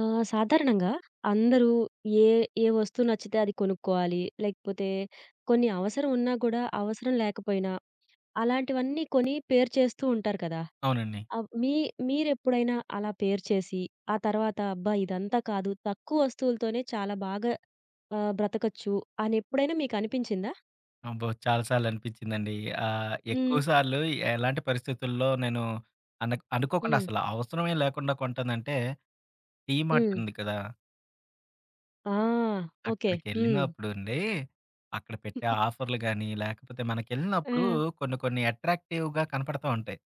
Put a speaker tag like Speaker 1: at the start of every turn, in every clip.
Speaker 1: సాధారణంగా అందరూ ఏ, ఏ వస్తువు నచ్చితే అది కొనుక్కోవాలి. లేకపోతే కొన్ని అవసరం ఉన్నా కూడా, అవసరం లేకపోయినా అలాంటివన్నీ కొని పేరు చేస్తూ ఉంటారు కదా!
Speaker 2: అవునండి.
Speaker 1: ఆహ్, మీ మీరెప్పుడైనా అలా పేరు చేసి, ఆ తర్వాత అబ్బా! ఇదంతా కాదు తక్కువ వస్తువులతోనే చాలా బాగా బ్రతకచ్చు అని ఎప్పుడైనా మీకనిపించిందా?
Speaker 2: అబ్బో! చాలా సార్లు అనిపించిందండి. ఎక్కువ
Speaker 1: హ్మ్.
Speaker 2: సార్లు ఎలాంటి పరిస్థితుల్లో నేను అనుకోకుండా
Speaker 1: హ్మ్.
Speaker 2: అసలు అవసరమే లేకుండా కొంటానంటే డీమార్ట్
Speaker 1: హ్మ్.
Speaker 2: ఉంది కదా!
Speaker 1: ఆ! ఓకే. హ్మ్.
Speaker 2: అక్కడికెళ్ళినప్పుడండి అక్కడ పెట్టే ఆఫర్‌లు గాని, లేకపోతే
Speaker 1: ఆ!
Speaker 2: మనకెళ్ళినప్పుడు కొన్ని కొన్ని అట్రాక్టివ్‌గా కనపడతా ఉంటాయి.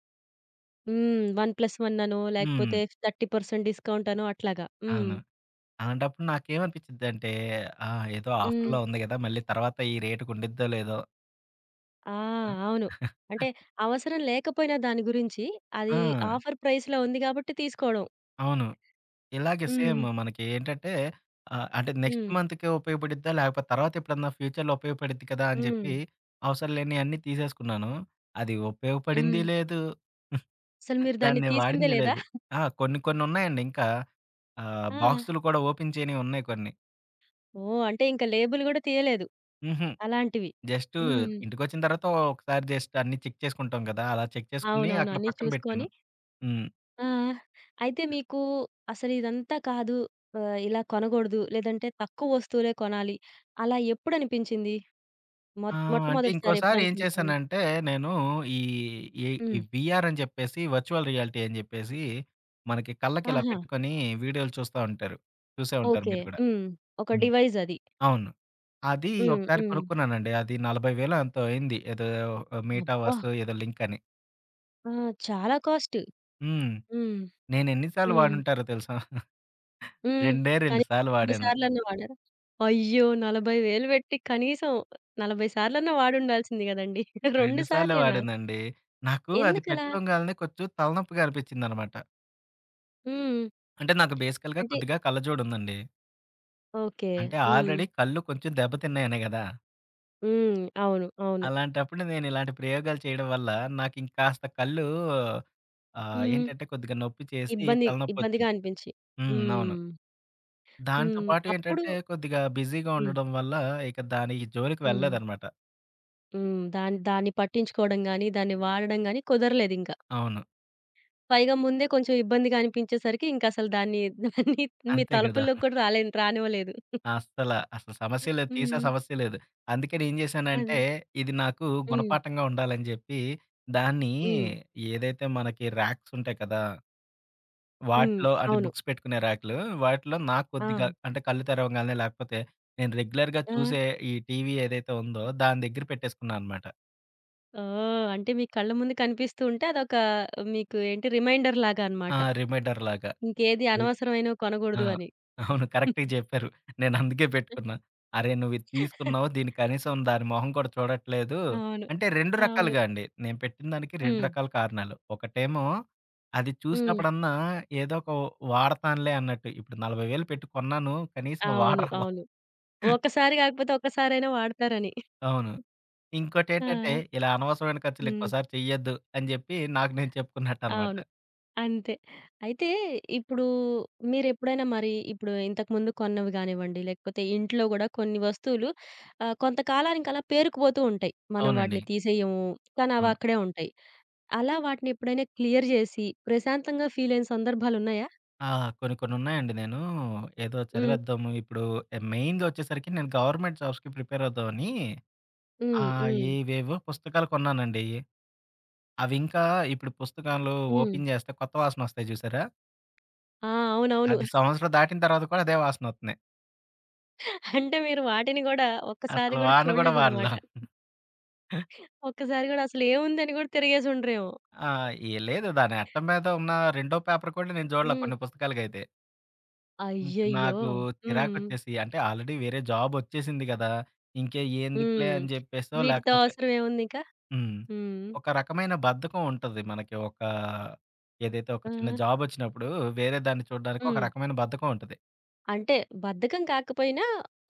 Speaker 1: హ్మ్. 1+1 అనో
Speaker 2: హ్మ్.
Speaker 1: లేకపోతే 30% డిస్కౌంట్ అనో అట్లాగా. హ్మ్.
Speaker 2: అవును. అలాంటప్పుడు నాకేమనిపించిద్దంటే ఆ! ఏదో
Speaker 1: హ్మ్.
Speaker 2: ఆఫర్‌లో ఉంది కదా! మళ్ళీ తర్వాత ఈ రేటుకుండిద్దో లేదో.
Speaker 1: ఆ!
Speaker 2: ఆ!
Speaker 1: అవును. అంటే అవసరం లేకపోయినా దాని గురించి అది
Speaker 2: ఆ!
Speaker 1: ఆఫర్ ప్రైస్‌లో ఉంది గాబట్టి తీసుకోవడం.
Speaker 2: అవును. ఇలాగే సేమ్
Speaker 1: హ్మ్.
Speaker 2: మనకి ఏంటంటే అంటే నెక్స్ట్
Speaker 1: హ్మ్.
Speaker 2: మంత్‌కే ఉపయోగపడిద్దా? లేకపోతే తర్వాత ఎప్పుడన్నా ఫ్యూచర్‌లో ఉపయోగపడిద్ది కదా! అని
Speaker 1: హ్మ్.
Speaker 2: చెప్పి అవసరం లేనియన్నీ తీసేసుకున్నాను. అది ఉపయోగపడింది
Speaker 1: హ్మ్.
Speaker 2: లేదు.
Speaker 1: అసలు మీరు దాన్ని
Speaker 2: దాన్ని
Speaker 1: తీసిందే
Speaker 2: వాడింది
Speaker 1: లేదా?
Speaker 2: లేదు. ఆ! కొన్ని కొన్ని ఉన్నాయండి ఇంకా.
Speaker 1: ఆ!
Speaker 2: బాక్సులు కూడా ఓపెన్ చేయనివి ఉన్నాయి కొన్ని.
Speaker 1: ఓహ్! అంటే ఇంక లేబుల్ గూడా తీయలేదు.
Speaker 2: హుహు.
Speaker 1: అలాంటివి.
Speaker 2: జస్ట్
Speaker 1: హ్మ్.
Speaker 2: ఇంటికొచ్చిన తర్వాత ఒకసారి జస్ట్ అన్నీ చెక్ చేసుకుంటాం కదా! అలా చెక్ చేసుకొని
Speaker 1: అవునవును.
Speaker 2: అక్కడ
Speaker 1: అన్నీ
Speaker 2: పక్కన పెట్టాను.
Speaker 1: చూసుకొని
Speaker 2: హ్మ్.
Speaker 1: ఆ! అయితే మీకు అసలు ఇదంతా కాదు ఇలా కొనగూడదు. లేదంటే తక్కువ వస్తువులే కొనాలి. అలా ఎప్పుడనిపించింది? మొ
Speaker 2: ఆ! అంటే
Speaker 1: మొట్టమొదటిసారి
Speaker 2: ఇంకోసారి ఏం
Speaker 1: ఎప్పుడనిపించింది?
Speaker 2: చేశానంటే, నేను ఈ ఈ ఈ
Speaker 1: హ్మ్.
Speaker 2: వీఆర్ అని చెప్పేసి వర్చువల్ రియాలిటీ అని చెప్పేసి, మనకి కళ్ళకి ఇలా
Speaker 1: ఆహా!
Speaker 2: పెట్టుకొని వీడియోలు చూస్తా ఉంటారు. చూసే ఉంటారు
Speaker 1: ఓకే.
Speaker 2: మీరు కూడా.
Speaker 1: హ్మ్. ఒక
Speaker 2: హ్మ్.
Speaker 1: డివైస్ అది.
Speaker 2: అవును. అది
Speaker 1: హ్మ్.
Speaker 2: ఒకసారి
Speaker 1: హ్మ్.
Speaker 2: కొనుక్కున్నానండి. అది 40,000 ఎంతో అయింది. ఏదో
Speaker 1: అబ్బా!
Speaker 2: మెటావర్స్ ఏదో లింక్ అని.
Speaker 1: ఆ! చాలా కాస్ట్.
Speaker 2: హ్మ్.
Speaker 1: హ్మ్.
Speaker 2: నేను ఎన్ని సార్లు
Speaker 1: హ్మ్.
Speaker 2: వాడుంటారో తెలుసా?
Speaker 1: హ్మ్.
Speaker 2: రెండే 2
Speaker 1: కానీ
Speaker 2: సార్లు
Speaker 1: 40
Speaker 2: వాడాను.
Speaker 1: సార్లన్నా వాడారా? అయ్యో! 40,000 పెట్టి కనీసం 40 సార్లన్నా వాడుండాల్సింది గదండీ! 2
Speaker 2: 2 సార్లే
Speaker 1: సార్లేనా?
Speaker 2: వాడానండి. నాకు అది
Speaker 1: ఎందుకలా?
Speaker 2: పెట్టుకోగాలనే కొంచెం తలనొప్పిగా అనిపించిందనమాట.
Speaker 1: హ్మ్.
Speaker 2: అంటే నాకు బేసికల్‌గా
Speaker 1: అంటే
Speaker 2: కొద్దిగా కళ్ళజోడు ఉందండి.
Speaker 1: ఓకే.
Speaker 2: అంటే
Speaker 1: హ్మ్.
Speaker 2: ఆల్రెడీ కళ్ళు కొంచెం దెబ్బతిన్నాయనే గదా!
Speaker 1: హ్మ్. అవును. అవును.
Speaker 2: అలాంటప్పుడు నేనిలాంటి ప్రయోగాలు చేయడం వల్ల నాకింకాస్త కళ్ళు
Speaker 1: హ్మ్.
Speaker 2: ఏంటంటే కొద్దిగా నొప్పి చేసి
Speaker 1: ఇబ్బంది ఇబ్బందిగా
Speaker 2: తలనొప్పొచ్చింది.
Speaker 1: అనిపించి.
Speaker 2: హ్మ్. అవును.
Speaker 1: హ్మ్.
Speaker 2: దాంతో
Speaker 1: హ్మ్.
Speaker 2: పాటు
Speaker 1: అప్పుడు
Speaker 2: ఏంటంటే కొద్దిగా బిజీగా
Speaker 1: హ్మ్.
Speaker 2: ఉండడం వల్ల ఇక దాని జోలికి
Speaker 1: హ్మ్.
Speaker 2: వెళ్ళలేదనమాట.
Speaker 1: హ్మ్. దాన్ని దాన్ని పట్టించుకోవడం గాని, దాన్ని వాడడం గాని కుదరలేదింక.
Speaker 2: అవును.
Speaker 1: పైగా ముందే కొంచెం ఇబ్బందిగా అనిపించేసరికి ఇంకసలు దాన్ని దాన్ని మీ
Speaker 2: అంతే గదా!
Speaker 1: తలుపుల్లోకి కూడా రాలేను రానివ్వలేదు.
Speaker 2: అసలు సమస్య లేదు. తీసే
Speaker 1: హ్మ్.
Speaker 2: సమస్య లేదు. అందుకే నేనేం
Speaker 1: అదే.
Speaker 2: జేశానంటే ఇది నాకు
Speaker 1: హ్మ్.
Speaker 2: గుణపాఠంగా ఉండాలని జెప్పి దాన్ని
Speaker 1: హ్మ్.
Speaker 2: ఏదైతే మనకి రాక్సుంటాయి కదా!
Speaker 1: హ్మ్.
Speaker 2: వాటిలో అంటే
Speaker 1: అవును.
Speaker 2: బుక్స్ పెట్టుకునే ర్యాకులు. వాటిలో నాకు
Speaker 1: ఆ!
Speaker 2: కొద్దిగా అంటే కళ్ళు తెరవంగాల్నే లేకపోతే నేను రెగ్యులర్‌గా
Speaker 1: ఆ!
Speaker 2: చూసే ఈ టీవీ ఏదైతే ఉందో దాని దగ్గర పెట్టేసుకున్నా అనమాట.
Speaker 1: ఓహ్! అంటే మీ కళ్ళ ముందు కనిపిస్తూ ఉంటే అదొక మీకు ఏంటి రిమైండర్‌లాగా అన్నమాట.
Speaker 2: ఆ! రిమైండర్ లాగా.
Speaker 1: ఇంకేది
Speaker 2: అయి
Speaker 1: అనవసరమైనవి
Speaker 2: ఆ!
Speaker 1: కొనగూడదు అని.
Speaker 2: అవును. కరెక్ట్‌గా జెప్పారు. నేను అందుకే పెట్టుకున్నా. అరే! నువ్విది తీసుకున్నావు దీన్ని కనీసం దాని మొహం కూడా చూడట్లేదు.
Speaker 1: అవును.
Speaker 2: అంటే 2
Speaker 1: అవును.
Speaker 2: రకాలుగా అండి. నేను పెట్టిన దానికి 2
Speaker 1: హ్మ్.
Speaker 2: రకాల కారణాలు. ఒకటేమో అది
Speaker 1: హ్మ్.
Speaker 2: చూసినప్పుడన్నా ఏదో ఒక వాడతానులే అన్నట్టు. ఇప్పుడు 40,000 పెట్టి కొన్నాను. కనీసం
Speaker 1: అవును.
Speaker 2: వాడరా బాబు
Speaker 1: అవును. ఒక్కసారి గాకపోతే ఒక్కసారైనా వాడతారని.
Speaker 2: అవును.
Speaker 1: ఆ!
Speaker 2: ఇంకోటేంటంటే, ఇలా అనవసరమైన ఖర్చులు
Speaker 1: హ్మ్.
Speaker 2: ఇంకోసారి చెయ్యొద్దు అని జెప్పి నాకు నేను చెప్పుకున్నట్టనమాట.
Speaker 1: అవును. అంతే. అయితే ఇప్పుడు మీరెప్పుడైనా మరి ఇప్పుడు ఇంతకుముందు కొన్నవి గానివ్వండి, లేకపోతే ఇంట్లో గూడా కొన్ని వస్తువులు కొంతకాలానికి అలా పేరుకుపోతూ ఉంటాయి. మనం
Speaker 2: అవునండి.
Speaker 1: వాటిని తీసేయము. కానీ
Speaker 2: అవును.
Speaker 1: అవక్కడే ఉంటాయి. అలా వాటిని ఎప్పుడైనా క్లియర్ జేసి ప్రశాంతంగా ఫీలయిన సందర్భాలున్నాయా?
Speaker 2: ఆ! కొన్ని కొన్నున్నాయండి నేను ఏదో
Speaker 1: హ్మ్.
Speaker 2: చదివేద్దాము ఇప్పుడు మెయిన్‌గా వచ్చేసరికి నేను గవర్నమెంట్ జాబ్స్‌కి ప్రిపేర్ అవుదామని
Speaker 1: హ్మ్. హ్మ్.
Speaker 2: ఏవేవో పుస్తకాలు కొన్నానండి. అవింకా ఇప్పుడు పుస్తకాలు
Speaker 1: హ్మ్.
Speaker 2: ఓపెన్ జేస్తే కొత్త వాసనొస్తాయి జూసారా?
Speaker 1: ఆ! అవునవును.
Speaker 2: అది సంవత్సరం దాటిన తర్వాత కూడా అదే వాసనొస్తున్నాయి.
Speaker 1: అంటే మీరు వాటిని గూడా ఒక్కసారి
Speaker 2: అసలు
Speaker 1: గూడా
Speaker 2: వాడను గూడా
Speaker 1: చూడలేదనమాట.
Speaker 2: వాడలా.
Speaker 1: ఒక్కసారి గూడా అసలేముందని గూడా తిరిగేసుండరేమో.
Speaker 2: ఆ! ఏ లేదు దాని అట్ట మీద ఉన్న రెండో పేపర్ కూడా నేను జూడలా
Speaker 1: హ్మ్.
Speaker 2: కొన్ని పుస్తకాలకైతే. ఇంక
Speaker 1: అయ్యయ్యో!
Speaker 2: నాకు
Speaker 1: హ్మ్.
Speaker 2: చిరాకొచ్చేసి అంటే ఆల్రెడీ వేరే జాబొచ్చేసింది గదా! ఇంకే ఎందుకులే
Speaker 1: హ్మ్.
Speaker 2: అని జెప్పేసో
Speaker 1: వీటితో
Speaker 2: లేకపోతే
Speaker 1: అవసరం ఏముందిక?
Speaker 2: హ్మ్.
Speaker 1: హ్మ్.
Speaker 2: ఒక రకమైన బద్ధకం ఉంటది మనకి. ఒక ఏదైతే ఒక
Speaker 1: ఆ!
Speaker 2: చిన్న జాబొచ్చినప్పుడు వేరే దాన్ని చూడడానికి ఒక
Speaker 1: హ్మ్.
Speaker 2: రకమైన బద్ధకం ఉంటది.
Speaker 1: అంటే బద్ధకం కాకపోయినా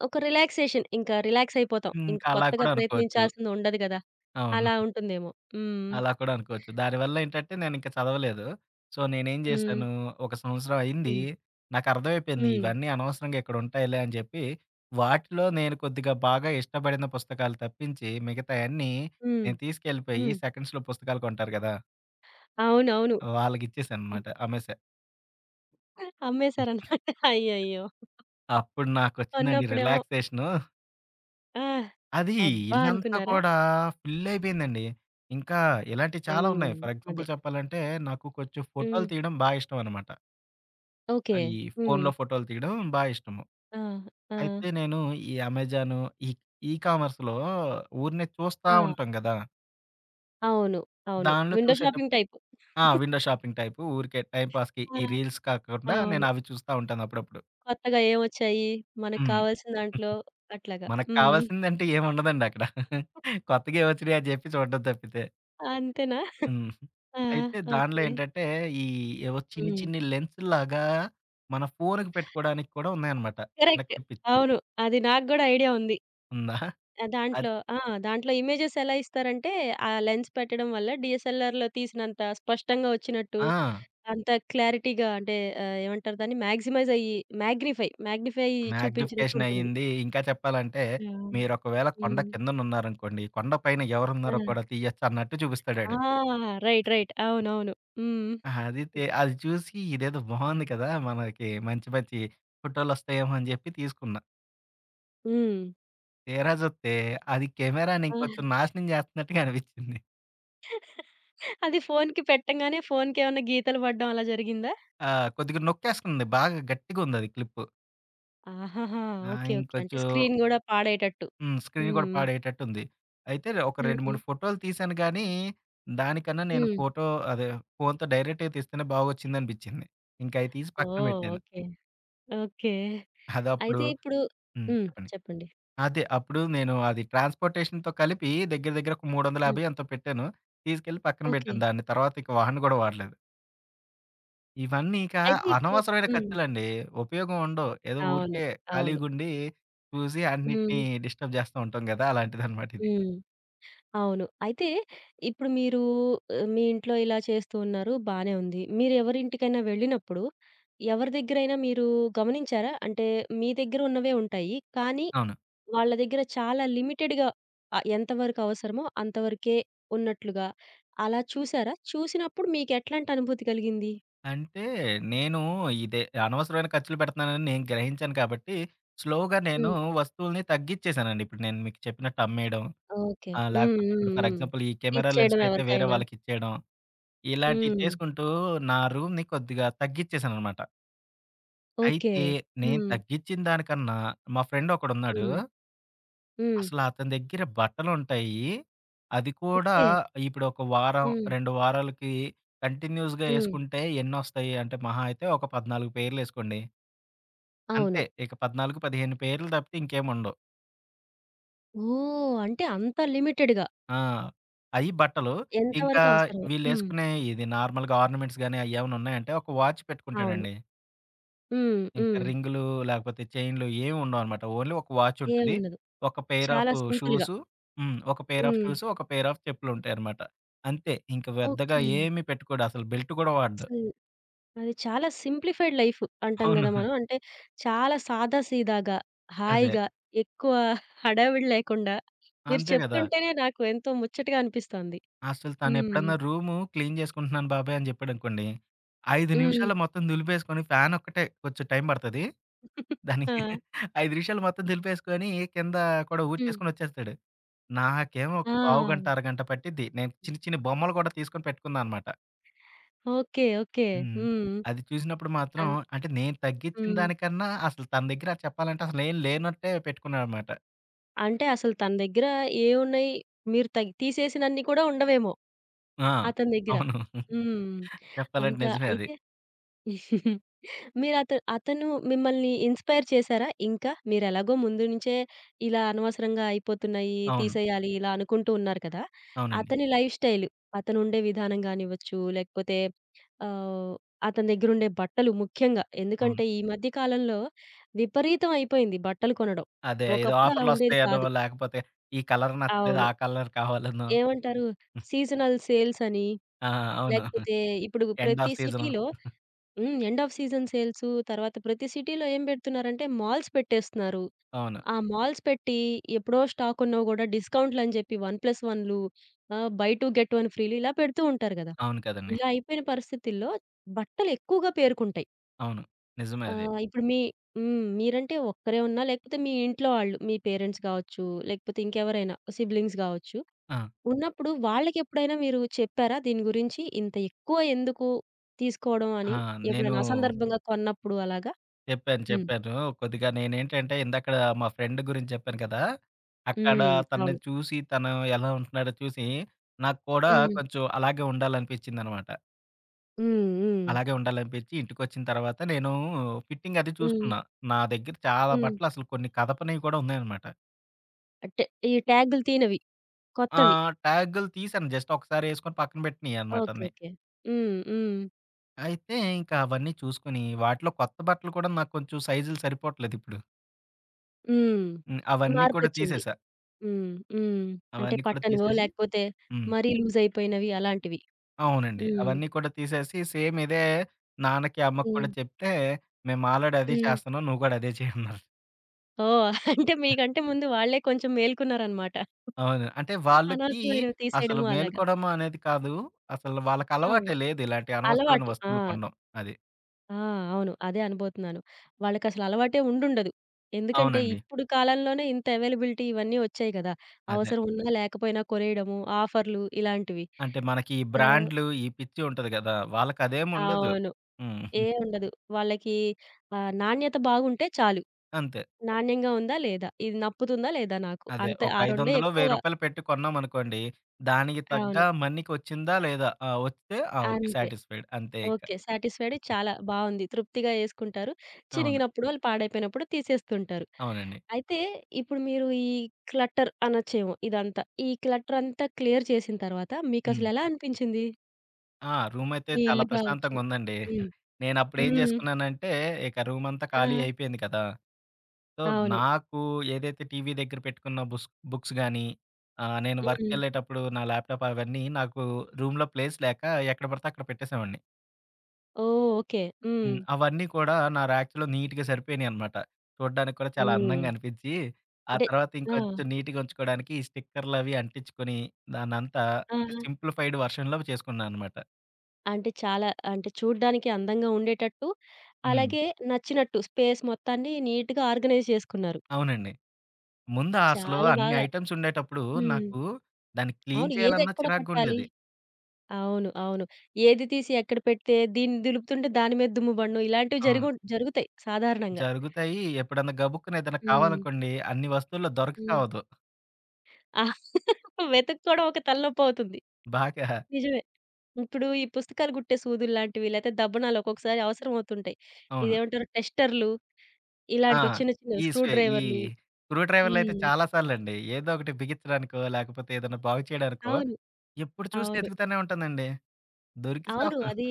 Speaker 1: ఒక రిలాక్సేషన్. ఇంకా రిలాక్స్ అయిపోతాం. ఇంక
Speaker 2: ఇంక అలా
Speaker 1: కొత్తగా
Speaker 2: కూడా అనుకోవచ్చు.
Speaker 1: ప్రయత్నించాల్సింది ఉండదు గదా!
Speaker 2: అవును.
Speaker 1: అలా ఉంటుందేమో. హ్మ్.
Speaker 2: అలా కూడా అనుకోవచ్చు. దానివల్ల ఏంటంటే నేనింక చదవలేదు. సో, నేనేం
Speaker 1: హ్మ్.
Speaker 2: జేశాను, ఒక సంవత్సరం అయింది.
Speaker 1: హ్మ్.
Speaker 2: నాకర్థమైపోయింది
Speaker 1: హ్మ్.
Speaker 2: ఇవన్నీ అనవసరంగా ఇక్కడుంటాయిలే అని జెప్పి, వాటిలో నేను కొద్దిగా బాగా ఇష్టపడిన పుస్తకాలు తప్పించి, మిగతాయన్నీ
Speaker 1: హ్మ్.
Speaker 2: నేను తీసుకెళ్ళిపోయి
Speaker 1: హ్మ్.
Speaker 2: సెకండ్స్‌లో పుస్తకాలు కొంటారు గదా!
Speaker 1: అవునవును.
Speaker 2: వాళ్ళకిచ్చేశాననమాట. అమ్మేశా.
Speaker 1: అమ్మేసారనమాట. అయ్యయ్యో!
Speaker 2: అప్పుడు నాకొచ్చిందండి
Speaker 1: కొన్నప్పుడేమో
Speaker 2: రిలాక్సేషను.
Speaker 1: ఆ!
Speaker 2: అది
Speaker 1: అబ్బా!
Speaker 2: ఇల్లంతా
Speaker 1: అనుకున్నారా?
Speaker 2: కూడా ఫుల్ అయిపోయిందండి. ఇంకా ఇలాంటియి చాలా
Speaker 1: హ్మ్.
Speaker 2: ఉన్నాయి. ఫర్
Speaker 1: అదే.
Speaker 2: ఎగ్జాంపుల్ చెప్పాలంటే, నాకు కొంచెం ఫోటోలు
Speaker 1: హ్మ్.
Speaker 2: తీయడం బా ఇష్టమనమాట.
Speaker 1: ఓకే.
Speaker 2: ఈ
Speaker 1: హ్మ్.
Speaker 2: ఫోన్‌లో ఫోటోలు తీయడం బా ఇష్టము.
Speaker 1: ఆ! ఆ!
Speaker 2: అయితే నేను ఈ అమెజాను, ఈ ఈ కామర్స్‌లో ఊరినే చూస్తా
Speaker 1: ఆ!
Speaker 2: ఉంటాం గదా!
Speaker 1: అవును. అవును.
Speaker 2: దానిలో
Speaker 1: విండో షాపింగ్
Speaker 2: చూసేటప్పుడు
Speaker 1: టైపు.
Speaker 2: ఆ! విండో షాపింగ్ టైపు ఊరికే టైమ్ పాస్‌కి
Speaker 1: ఆ!
Speaker 2: ఈ రీల్స్ కాకుండా
Speaker 1: అవును.
Speaker 2: నేను అవి చూస్తా ఉంటాను అప్పుడప్పుడు.
Speaker 1: కొత్తగా ఏమొచ్చాయి? మనకు
Speaker 2: హ్మ్.
Speaker 1: కావాల్సిన దాంట్లో అట్లాగా.
Speaker 2: మనకు
Speaker 1: హ్మ్.
Speaker 2: కావాల్సిందంటే ఏముండదండి అక్కడ. కొత్తగా ఏవొచ్చినాయి అని చెప్పి చూడడం తప్పితే.
Speaker 1: అంతేనా?
Speaker 2: హ్మ్.
Speaker 1: ఆ!
Speaker 2: అయితే దానిలో
Speaker 1: ఓకే.
Speaker 2: ఏంటంటే ఈ ఏవో చిన్ని
Speaker 1: హ్మ్.
Speaker 2: చిన్ని లెన్సుల్లాగా మన ఫోన్‌కి పెట్టుకోవడానికి కూడా ఉన్నాయన్నమాట. చిన్న
Speaker 1: కరెక్ట్.
Speaker 2: క్లిప్ ఇచ్చి.
Speaker 1: అవును. అది నాకు గూడా ఐడియా ఉంది.
Speaker 2: ఉందా? అది
Speaker 1: దాంట్లో ఆ! దాంట్లో ఇమేజెస్ ఎలా ఇస్తారంటే, ఆ లెన్స్ పెట్టడం వల్ల డీఎస్ఎల్ఆర్‌లో తీసినంత స్పష్టంగా వచ్చినట్టు,
Speaker 2: ఆ!
Speaker 1: అంత క్లారిటీగా అంటే ఏమంటారు దాన్ని? మాగ్జిమైజ్ అయ్యి మాగ్నిఫై చూపించినట్టు
Speaker 2: మాగ్నిఫికేషన్
Speaker 1: ఉంటుంది.
Speaker 2: అయ్యింది. ఇంకా చెప్పాలంటే
Speaker 1: యాహ్!
Speaker 2: మీరొకవేళ కొండ
Speaker 1: హ్మ్.
Speaker 2: కిందనున్నారనుకోండి, కొండ పైన
Speaker 1: ఆ!
Speaker 2: ఎవరున్నారో కూడా తీయొచ్చు అన్నట్టు
Speaker 1: ఆ!
Speaker 2: చూపిస్తాడాడు.
Speaker 1: రైట్. రైట్. అవునవును. హ్మ్.
Speaker 2: ఆహా, అది చూసి ఇదేదో బావుంది కదా! మనకి మంచి మంచి ఫోటోలొస్తాయేమో అని చెప్పి తీసుకున్నా.
Speaker 1: హ్మ్.
Speaker 2: తీరా చూత్తే అది కెమెరాని
Speaker 1: ఆ!
Speaker 2: ఇంకొంచెం నాశనం చేస్తున్నట్టుగా అనిపించింది.
Speaker 1: అది ఫోన్‌కి పెట్టంగానే ఫోన్‌కేమన్నా గీతలు పడడం అలా జరిగిందా?
Speaker 2: ఆ! కొద్దిగా నొక్కేస్తుంది. బాగా గట్టిగుందది క్లిప్పు.
Speaker 1: ఆహాహా!
Speaker 2: ఆ!
Speaker 1: ఓకే. ఓకే. అంటే
Speaker 2: ఇంకొంచెం
Speaker 1: స్క్రీన్ గూడా పాడయ్యేటట్టు.
Speaker 2: హ్మ్. స్క్రీన్ గూడా
Speaker 1: హ్మ్.
Speaker 2: పాడేటట్టుంది. అయితే ఒక 2,
Speaker 1: హ్మ్.
Speaker 2: 3 ఫోటోలు తీశాను గానీ, దానికన్నా నేను
Speaker 1: హ్మ్.
Speaker 2: ఫోటో అదే ఫోనుతో డైరెక్ట్‌గా తీస్తేనే బాగొచ్చిందనిపిచ్చింది. ఇంక అయి తీసి పక్కన
Speaker 1: ఓహ్!
Speaker 2: బెట్టాను.
Speaker 1: ఓకే. ఓకే.
Speaker 2: అదప్పుడు
Speaker 1: అయితే ఇప్పుడు
Speaker 2: హ్మ్.
Speaker 1: హ్మ్.
Speaker 2: చెప్పండి.
Speaker 1: చెప్పండి.
Speaker 2: అదే అప్పుడు నేను అది ట్రాన్స్‌పోర్టేషన్‌తో కలిపి దగ్గర దగ్గర ఒక
Speaker 1: హ్మ్.
Speaker 2: 350 ఎంతో పెట్టాను. తీసుకెళ్ళి పక్కన
Speaker 1: ఓకే.
Speaker 2: బెట్టాను. దాన్ని తర్వాత ఇక వాడను గూడా వాడలేదు. ఇవన్నీ ఇక
Speaker 1: అయితే ఇప్పుడు
Speaker 2: అనవసరమైన
Speaker 1: హ్మ్.
Speaker 2: ఖర్చులండి. ఉపయోగం ఉండవు. ఏదో
Speaker 1: అవును.
Speaker 2: ఊరికే
Speaker 1: అవును.
Speaker 2: ఖాళీగుండి చూసి
Speaker 1: హ్మ్.
Speaker 2: అన్నిటిని డిస్టర్బ్ జేస్తా ఉంటాం గదా! అలాంటిదనమాట ఇది.
Speaker 1: హ్మ్. అవును. అయితే ఇప్పుడు మీరు మీ ఇంట్లో ఇలా చేస్తూ ఉన్నారు. బానే ఉంది. మీరెవరింటికైనా వెళ్ళినప్పుడు ఎవరి దగ్గరైనా మీరు గమనించారా? అంటే మీ దగ్గర ఉన్నవే ఉంటాయి. కానీ
Speaker 2: అవును.
Speaker 1: వాళ్ళ దగ్గర చాలా లిమిటెడ్‌గా ఎంతవరకు అవసరమో అంతవరకే ఉన్నట్లుగా అలా చూసారా? చూసినప్పుడు మీకెట్లాంటి అనుభూతి కలిగింది?
Speaker 2: అంటే నేను ఇదే అనవసరమైన ఖర్చులు పెడుతున్నానని నేను గ్రహించాను కాబట్టి, స్లోగా నేను
Speaker 1: హ్మ్.
Speaker 2: వస్తువుల్ని తగ్గిచ్చేసానండి. ఇప్పుడు నేను మీకు చెప్పినట్టు అమ్మేయడం,
Speaker 1: ఓకే. హ్మ్.
Speaker 2: లేకపోతే ఇప్పుడు
Speaker 1: హ్మ్.
Speaker 2: ఫర్
Speaker 1: హ్మ్.
Speaker 2: ఎగ్జాంపుల్ ఈ కెమెరా
Speaker 1: ఇచ్చేయడం
Speaker 2: లెన్స్‌నైతే వేరే
Speaker 1: ఎవరికైనా.
Speaker 2: వాళ్ళకిచ్చేయడం, ఇలాంటివి
Speaker 1: హ్మ్.
Speaker 2: చేసుకుంటూ నా రూమ్‌ని కొద్దిగా తగ్గిచ్చేసాననమాట.
Speaker 1: ఓకే.
Speaker 2: అయితే నేను
Speaker 1: హ్మ్.
Speaker 2: తగ్గిచ్చిన దానికన్నా మా ఫ్రెండ్ ఒకడున్నాడు
Speaker 1: హ్మ్. హ్మ్.
Speaker 2: అతని దగ్గర బట్టలుంటాయి. అది కూడా
Speaker 1: ఓకే.
Speaker 2: ఇప్పుడు ఒక వారం,
Speaker 1: హ్మ్.
Speaker 2: 2 వారాలకి కంటిన్యూస్‌గా
Speaker 1: హ్మ్.
Speaker 2: యేసుకుంటే ఎన్నొస్తాయి అంటే మహా అయితే ఒక 14 పేర్లేసుకోండి.
Speaker 1: అవును.
Speaker 2: అంతే. ఇక 14, 15 పేర్లు తప్పితే ఇంకేముండవు.
Speaker 1: ఓహ్! అంటే అంత లిమిటెడ్‌గా
Speaker 2: ఆ! అయి బట్టలు. ఇంకా
Speaker 1: ఎంతవరకు అవసరమో. హ్మ్.
Speaker 2: వీళ్ళేసుకునే ఇది నార్మల్‌గా ఆర్నమెంట్స్ గాని అయ్యేమన్నా ఉన్నాయంటే ఒక వాచ్
Speaker 1: అవును.
Speaker 2: పెట్టుకుంటాడండి.
Speaker 1: హ్మ్.
Speaker 2: ఇంకా
Speaker 1: హ్మ్.
Speaker 2: రింగులు లేకపోతే చైన్‌లు ఏమి ఉండవనమాట. ఓన్లీ ఒక వాచ్ ఉంటది.
Speaker 1: ఏముండదు.
Speaker 2: ఒక పెయిర్
Speaker 1: చాలా
Speaker 2: ఆఫ్
Speaker 1: సింపుల్‌గా.
Speaker 2: షూస్ హ్మ్. ఒక పెయిర్ ఆఫ్
Speaker 1: హ్మ్.
Speaker 2: షూస్, ఒక పెయిర్ ఆఫ్ చెప్పులుంటాయనమాట. అంతే. ఇంక పెద్దగా
Speaker 1: ఓకే.
Speaker 2: ఏమి పెట్టుకోడు. అసలు బెల్ట్ కూడా వాడడు.
Speaker 1: అసలు అది చాలా సింప్లిఫైడ్ లైఫ్ అంటాం
Speaker 2: అవును.
Speaker 1: గదా మనం. అంటే చాలా సాదా సీదాగా,
Speaker 2: అదే.
Speaker 1: హాయిగా, ఎక్కువ హడావిడి లేకుండా మీరు
Speaker 2: అంతే గదా!
Speaker 1: చెప్తుంటేనే నాకు ఎంతో ముచ్చటగా అనిపిస్తోంది.
Speaker 2: అసలు
Speaker 1: హ్మ్.
Speaker 2: తనెప్పుడన్నా రూము క్లీన్ చేసుకుంటున్నాను బాబాయ్ అని చెప్పాడనుకోండి. 5
Speaker 1: హ్మ్.
Speaker 2: నిమిషాల్లో మొత్తం దులిపేసుకొని ఫ్యాన్ ఒక్కటే కొంచెం టైం పడతది. దానికి
Speaker 1: ఆ!
Speaker 2: 5 నిమిషాలు మొత్తం దులిపేసుకొని కింద కూడా
Speaker 1: హ్మ్.
Speaker 2: ఊడ్చేసుకొని వచ్చేస్తాడు. నాకేమో
Speaker 1: ఆ!
Speaker 2: ఒక పావుగంట, అరగంట పట్టిద్ది. నేను చిన్ని, చిన్ని బొమ్మలు కూడా తీసుకొని పెట్టుకున్నాననమాట.
Speaker 1: ఓకే. ఓకే.
Speaker 2: హ్మ్.
Speaker 1: హ్మ్.
Speaker 2: అది చూసినప్పుడు మాత్రం
Speaker 1: అన్
Speaker 2: అంటే నేను తగ్గిచ్చిన
Speaker 1: హ్మ్.
Speaker 2: దానికన్నా అసలు తన దగ్గర చెప్పాలంటే అసలేం లేనట్టే పెట్టుకున్నాననమాట.
Speaker 1: అంటే అసలు తన దగ్గర ఏవున్నాయి? మీరు తీసేసినన్ని కూడా ఉండవేమో
Speaker 2: ఆ!
Speaker 1: అతని దగ్గర.
Speaker 2: అవును.
Speaker 1: హ్మ్.
Speaker 2: చెప్పాలంటే
Speaker 1: అంత
Speaker 2: నిజమే అది.
Speaker 1: అయితే అతను మిమ్మల్ని ఇన్‌స్పైర్ చేసారా ఇంకా? మీరెలాగో ముందు నుంచే ఇలా అనవసరంగా అయిపోతున్నాయి,
Speaker 2: అవును.
Speaker 1: తీసేయాలి ఇలా అనుకుంటూ ఉన్నారు కదా!
Speaker 2: అవునండి.
Speaker 1: అతని లైఫ్ స్టైల్, అతనుండే విధానం గానివ్వచ్చు, లేకపోతే ఆహ్, అతని దగ్గరుండే బట్టలు ముఖ్యంగా.
Speaker 2: అవును.
Speaker 1: ఎందుకంటే ఈ మధ్య కాలంలో విపరీతం అయిపోయింది బట్టలు కొనడం.
Speaker 2: అదే ఏదో
Speaker 1: ఒకప్పుడు అలా ఉండేది
Speaker 2: ఆఫర్‌లొస్తాయనో,
Speaker 1: కాదు.
Speaker 2: లేకపోతే ఈ కలర్ నచ్చలేదు,
Speaker 1: అవును.
Speaker 2: ఆ కలర్ కావాలనో
Speaker 1: ఏమంటారు సీజనల్ సేల్స్ అని,
Speaker 2: ఆ! అవును.
Speaker 1: లేకపోతే ఇప్పుడు
Speaker 2: ఎండ్
Speaker 1: ప్రతి
Speaker 2: ఆఫ్ సీజను.
Speaker 1: సిటీలో హ్మ్. ఎండ్ ఆఫ్ సీజన్ సేల్సు, తర్వాత ప్రతి సిటీలో ఏం పెడుతున్నారంటే మాల్స్ పెట్టేస్తున్నారు.
Speaker 2: అవును.
Speaker 1: ఆ మాల్స్ పెట్టి ఎప్పుడో స్టాక్ ఉన్నవి గూడా డిస్కౌంట్‌లని జెప్పి 1+1లు బై 2 గెట్ 1 ఫ్రీ‌లు ఇలా పెడుతూ ఉంటారు గదా!
Speaker 2: అవును కదండీ!
Speaker 1: ఇలా అయిపోయిన పరిస్థితుల్లో బట్టలు ఎక్కువగా పేరుకుంటాయి.
Speaker 2: అవును. నిజమే అది.
Speaker 1: ఇప్పుడు మీ హ్మ్. మీరంటే ఒక్కరే ఉన్నా లేకపోతే మీ ఇంట్లో వాళ్ళు మీ పేరెంట్స్ గావచ్చు, లేకపోతే ఇంకెవరైనా సిబ్లింగ్స్ గావచ్చు,
Speaker 2: ఆ!
Speaker 1: ఉన్నప్పుడు వాళ్ళకెప్పుడైనా మీరు చెప్పారా దీని గురించి? ఇంత ఎక్కువ ఎందుకు తీసుకోవడం అని
Speaker 2: ఆ! నేను
Speaker 1: ఎప్పుడైనా అసందర్భంగా కొన్నప్పుడు అలాగా?
Speaker 2: చెప్పాను.
Speaker 1: హ్మ్.
Speaker 2: చెప్పాను. కొద్దిగా నేనేంటంటే ఇందాకడ మా ఫ్రెండ్ గురించి చెప్పాను కదా! అక్కడ
Speaker 1: హ్మ్.
Speaker 2: తనని
Speaker 1: అవును.
Speaker 2: చూసి తను ఎలా ఉంటున్నాడో చూసి నాకు కూడా
Speaker 1: హ్మ్.
Speaker 2: కొంచెం అలాగే ఉండాలనిపించిందనమాట.
Speaker 1: హ్మ్. హ్మ్.
Speaker 2: అలాగే ఉండాలనిపించి ఇంటికొచ్చిన తర్వాత నేను ఫిట్టింగ్ అది
Speaker 1: హ్మ్.
Speaker 2: చూసుకున్నా. నా దగ్గర చాలా
Speaker 1: హ్మ్.
Speaker 2: బట్టలు అసలు కొన్ని కదపనివి కూడా ఉన్నాయనమాట.
Speaker 1: అంటే ఈ ట్యాగులు తీనవి.
Speaker 2: ఆ!
Speaker 1: కొత్తవి.
Speaker 2: ట్యాగులు తీశాను. జస్ట్ ఒకసారి యేసుకొని పక్కన పెట్టినియనమాట
Speaker 1: ఓకే.
Speaker 2: అన్నీ.
Speaker 1: ఓకే. హ్మ్. హ్మ్.
Speaker 2: అయితే ఇంకా అవన్నీ చూసుకొని వాటిలో కొత్త బట్టలు కూడా నాకు కొంచెం సైజులు సరిపోవట్లేదిప్పుడు.
Speaker 1: హ్మ్.
Speaker 2: హ్మ్. అవన్నీ కూడా
Speaker 1: మార్పొచ్చింది.
Speaker 2: తీసేసా.
Speaker 1: హ్మ్. హ్మ్. అంటే
Speaker 2: అవన్నీ కూడా
Speaker 1: పట్టనివో
Speaker 2: తీసేసి
Speaker 1: లేకపోతే
Speaker 2: హ్మ్.
Speaker 1: మరీ లూజ్ అయిపోయినవి అలాంటివి.
Speaker 2: అవునండి.
Speaker 1: హ్మ్.
Speaker 2: అవన్నీ కూడా తీసేసి సేమ్ ఇదే నాన్నకి, అమ్మకి
Speaker 1: హ్మ్.
Speaker 2: కూడా చెప్తే, "మేము ఆల్రెడీ అదే
Speaker 1: హ్మ్.
Speaker 2: చేస్తున్నాం. నువ్వు కూడా అదే చెయ్యి" అన్నారు.
Speaker 1: ఓహ్! అంటే మీకంటే ముందు వాళ్ళే కొంచెం మేలుకున్నారనమాట.
Speaker 2: అవును. అంటే వాళ్ళకి
Speaker 1: అనవసరమైనవి
Speaker 2: అసలు
Speaker 1: తీసేయడము అలాగా.
Speaker 2: మేలుకోవడం అనేది కాదు. అసలు వాళ్ళకి
Speaker 1: ఆ!
Speaker 2: అలవాటే లేదు. ఇలాంటి అనవసరమైన
Speaker 1: అలవాటు. ఆ!
Speaker 2: వస్తువులు కొనడం. అది.
Speaker 1: ఆ! అవును. అదే అనబోతున్నాను. వాళ్ళకసలు అలవాటే ఉండుండదు. ఎందుకంటే
Speaker 2: అవునండి.
Speaker 1: ఇప్పుడు కాలంలోనే ఇంత అవైలబిలిటీ ఇవన్నీ వచ్చాయి కదా!
Speaker 2: అదే.
Speaker 1: అవసరం ఉన్నా లేకపోయినా కొనేయడము, ఆఫర్‌లు ఇలాంటివి.
Speaker 2: అంటే మనకి ఈ
Speaker 1: ఆహ్,
Speaker 2: బ్రాండ్‌లు ఈ పిచ్చి ఉంటది గదా! వాళ్ళకదేం ఉండదు.
Speaker 1: అవును.
Speaker 2: హ్మ్.
Speaker 1: ఏం ఉండదు. వాళ్ళకి నాణ్యత బాగుంటే చాలు.
Speaker 2: అంతే.
Speaker 1: నాణ్యంగా ఉందా? లేదా? ఇది నప్పుతుందా? లేదా? నాకు
Speaker 2: అదే.
Speaker 1: అంతే
Speaker 2: ఒక
Speaker 1: ఆ
Speaker 2: రూ.
Speaker 1: రెండే
Speaker 2: 500 రూ.
Speaker 1: ఎక్కువ
Speaker 2: 1000 పెట్టి కొన్నామనుకోండి, దానికి తగ్గ
Speaker 1: అవును.
Speaker 2: మనీకొచ్చిందా లేదా? ఆ! వస్తే ఆ! ఓకే.
Speaker 1: అంతే.
Speaker 2: సాటిస్ఫైడ్ అంతే ఇక.
Speaker 1: ఓకే. సాటిస్ఫైడ్ చాలా బావుంది. తృప్తిగా యేసుకుంటారు.
Speaker 2: అవును.
Speaker 1: చినిగినప్పుడు వాళ్ళు పాడైపోయినప్పుడు తీసేస్తుంటారు.
Speaker 2: అవునండి.
Speaker 1: అయితే ఇప్పుడు మీరు ఈ క్లటర్ అనొచ్చేమో ఇదంతా. ఈ క్లటర్ అంతా క్లియర్ చేసిన తర్వాత
Speaker 2: హ్మ్.
Speaker 1: మీకసలెలా అనిపించింది?
Speaker 2: ఆ! రూమయితే
Speaker 1: మీ
Speaker 2: చాలా
Speaker 1: ఇల్లు గావచ్చు.
Speaker 2: ప్రశాంతంగుందండి.
Speaker 1: హ్మ్.
Speaker 2: నేనప్పుడేం
Speaker 1: హ్మ్.
Speaker 2: జేసుకున్నానంటే, ఇక రూమంతా ఖాళీ
Speaker 1: ఆ!
Speaker 2: అయిపోయింది కదా! సో,
Speaker 1: అవును.
Speaker 2: నాకు ఏదైతే టీవీ దగ్గర పెట్టుకున్న బుక్స్ గానీ, నేను
Speaker 1: హ్మ్.
Speaker 2: వర్క్‌కెళ్ళేటప్పుడు నా ల్యాప్‌టాప్ అవన్నీ నాకు రూమ్‌లో ప్లేస్ లేక ఎక్కడ పడితే అక్కడ పెట్టేసేవాడిని.
Speaker 1: ఓహ్! ఓకే. హ్మ్.
Speaker 2: హ్మ్. అవన్నీ కూడా నా ర్యాక్స్‌లో నీట్‌గా సరిపోయినియనమాట. చూడ్డానికి కూడా చాలా
Speaker 1: హ్మ్.
Speaker 2: అందంగా అనిపిచ్చి, ఆ
Speaker 1: అంటే
Speaker 2: తర్వాత
Speaker 1: ఆ!
Speaker 2: ఇంకొంచెం నీట్‌గా ఉంచుకోడానికి ఈ స్టిక్కర్‌లవి అంటించుకొని, దాన్నంతా
Speaker 1: ఆ!
Speaker 2: అంటే సింప్లిఫైడ్ వర్షన్‌లో చేసుకున్నా అనమాట.
Speaker 1: అంటే చాలా అంటే చూడ్డానికి అందంగా ఉండేటట్టు,
Speaker 2: హ్మ్.
Speaker 1: అలాగే నచ్చినట్టు స్పేస్ మొత్తాన్ని నీట్‌గా ఆర్గనైజ్ చేసుకున్నారు.
Speaker 2: అవునండి. ముందు అసలు
Speaker 1: చాలా
Speaker 2: అన్ని
Speaker 1: బాగా
Speaker 2: ఐటెమ్స్ ఉండేటప్పుడు
Speaker 1: హ్మ్.
Speaker 2: నాకు దాన్ని క్లీన్
Speaker 1: అవును.
Speaker 2: చేయాలన్నా
Speaker 1: ఏదెక్కడ పెట్టాలి?
Speaker 2: చిరాగ్గుండేది.
Speaker 1: అవును. అవును. ఏది తీసి ఎక్కడ పెడితే దీన్ని దులుపుతుంటే దాని మీద దుమ్ము పడడం ఇలాంటివి
Speaker 2: అవును.
Speaker 1: జరుగుతాయి సాధారణంగా.
Speaker 2: జరుగుతాయి. ఎప్పుడన్నా గబుక్కున ఏదైనా
Speaker 1: హ్మ్.
Speaker 2: కావాలనుకోండి అన్ని వస్తువుల్లో దొరక
Speaker 1: హ్మ్.
Speaker 2: సావదు.
Speaker 1: ఆ! వెతుక్కోవడం ఒక తలనొప్పవుతుంది.
Speaker 2: బాగా
Speaker 1: నిజమే. ఇప్పుడు ఈ పుస్తకాలు గుట్టే సూదుల్లాంటివి లేతే దబ్బనాలు ఒక్కొక్కసారి అవసరం అవుతుంటాయి.
Speaker 2: అవును.
Speaker 1: ఇదేమంటారు టెస్టర్‌లు
Speaker 2: ఆ!
Speaker 1: ఇలాంటివి చిన్న చిన్నవి స్క్రూ
Speaker 2: ఈ
Speaker 1: డ్రైవర్‌లు.
Speaker 2: స్క్రూ డ్రైవర్‌లయితే
Speaker 1: హ్మ్.
Speaker 2: చాలా సార్లండి. ఏదో ఒకటి బిగించడానికో, లేకపోతే ఏదైనా బాగు చేయడానికో
Speaker 1: అవును.
Speaker 2: ఎప్పుడు చూసినా
Speaker 1: అవును.
Speaker 2: ఎతుకుతానే ఉంటానండి. దొరికి సావ
Speaker 1: అవును. అది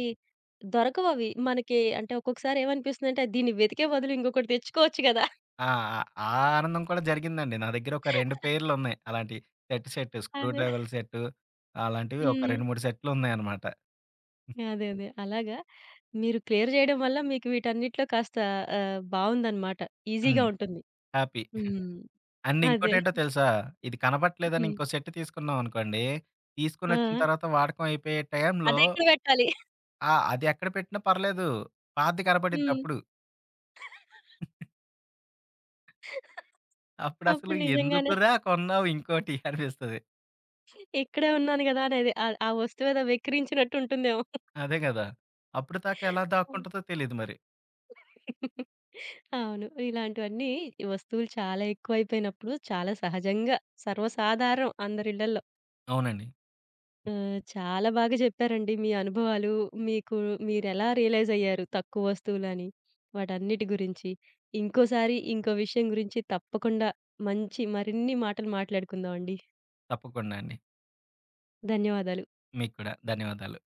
Speaker 1: దొరకవవి. మనకి అంటే ఒక్కొక్కసారి ఏమనిపిస్తుందంటే దీన్ని వెతికే బదులు ఇంకొకటి తెచ్చుకోవచ్చు గదా!
Speaker 2: ఆ! ఆ ఆనందం కూడా జరిగిందండి. నా దగ్గర ఒక 2 పెయిర్లున్నాయి. అలాంటి సెట్ సెట్ స్క్రూ
Speaker 1: అదే.
Speaker 2: డ్రైవర్‌ల సెట్టు అలాంటివి ఒక
Speaker 1: హ్మ్.
Speaker 2: 2, 3 సెట్లున్నాయన్నమాట.
Speaker 1: అదే. అదే. అలాగా మీరు క్లియర్ జేయడం వల్ల మీకు వీటన్నిటిలో కాస్త బావుందనమాట.
Speaker 2: హ్మ్.
Speaker 1: ఈజీగా ఉంటుంది.
Speaker 2: హ్యాపీ.
Speaker 1: హ్మ్.
Speaker 2: అండ్
Speaker 1: అదే.
Speaker 2: ఇంకోటేంటో తెలుసా? ఇది కనపట్లేదని
Speaker 1: హ్మ్.
Speaker 2: ఇంకో సెట్ తీసుకున్నామనుకోండి,
Speaker 1: ఆ!
Speaker 2: తీసుకొనొచ్చిన తర్వాత వాడకం అయిపోయే టైంలో
Speaker 1: అదెక్కడ పెట్టాలి?
Speaker 2: ఆ! అది ఎక్కడ పెట్టినా పర్లేదు. పాతది
Speaker 1: హ్మ్.
Speaker 2: కనపడిద్దప్పుడు. అప్పుడసలు
Speaker 1: అప్పుడు నిజంగానే
Speaker 2: ఎందుకురా కొన్నావు ఇంకోటి అనిపిస్తది.
Speaker 1: ఇక్కడే ఉన్నాను గదా! అనేది ఆ వస్తువు ఏదో వెక్కిరించినట్టు ఉంటుందేమో.
Speaker 2: అదే గదా! అప్పటిదాకా ఎలా
Speaker 1: హ్మ్.
Speaker 2: దాక్కుంటదో తెలీదు మరి.
Speaker 1: అవును. ఇలాంటివన్నీ ఈ వస్తువులు చాలా ఎక్కువైపోయినప్పుడు చాలా సహజంగా సర్వసాధారణం అందరిళ్ళల్లో.
Speaker 2: అవునండి.
Speaker 1: ఆ! చాలా బాగా చెప్పారండి మీ అనుభవాలు. మీకు మీరెలా రియలైజ్ అయ్యారు తక్కువ వస్తువులని, వాటన్నిటి గురించి. ఇంకోసారి ఇంకో విషయం గురించి తప్పకుండా మంచి మరిన్ని మాటలు మాట్లాడుకుందామండి.
Speaker 2: తప్పకుండా అండి.
Speaker 1: ధన్యవాదాలు.
Speaker 2: మీకు కూడా ధన్యవాదాలు.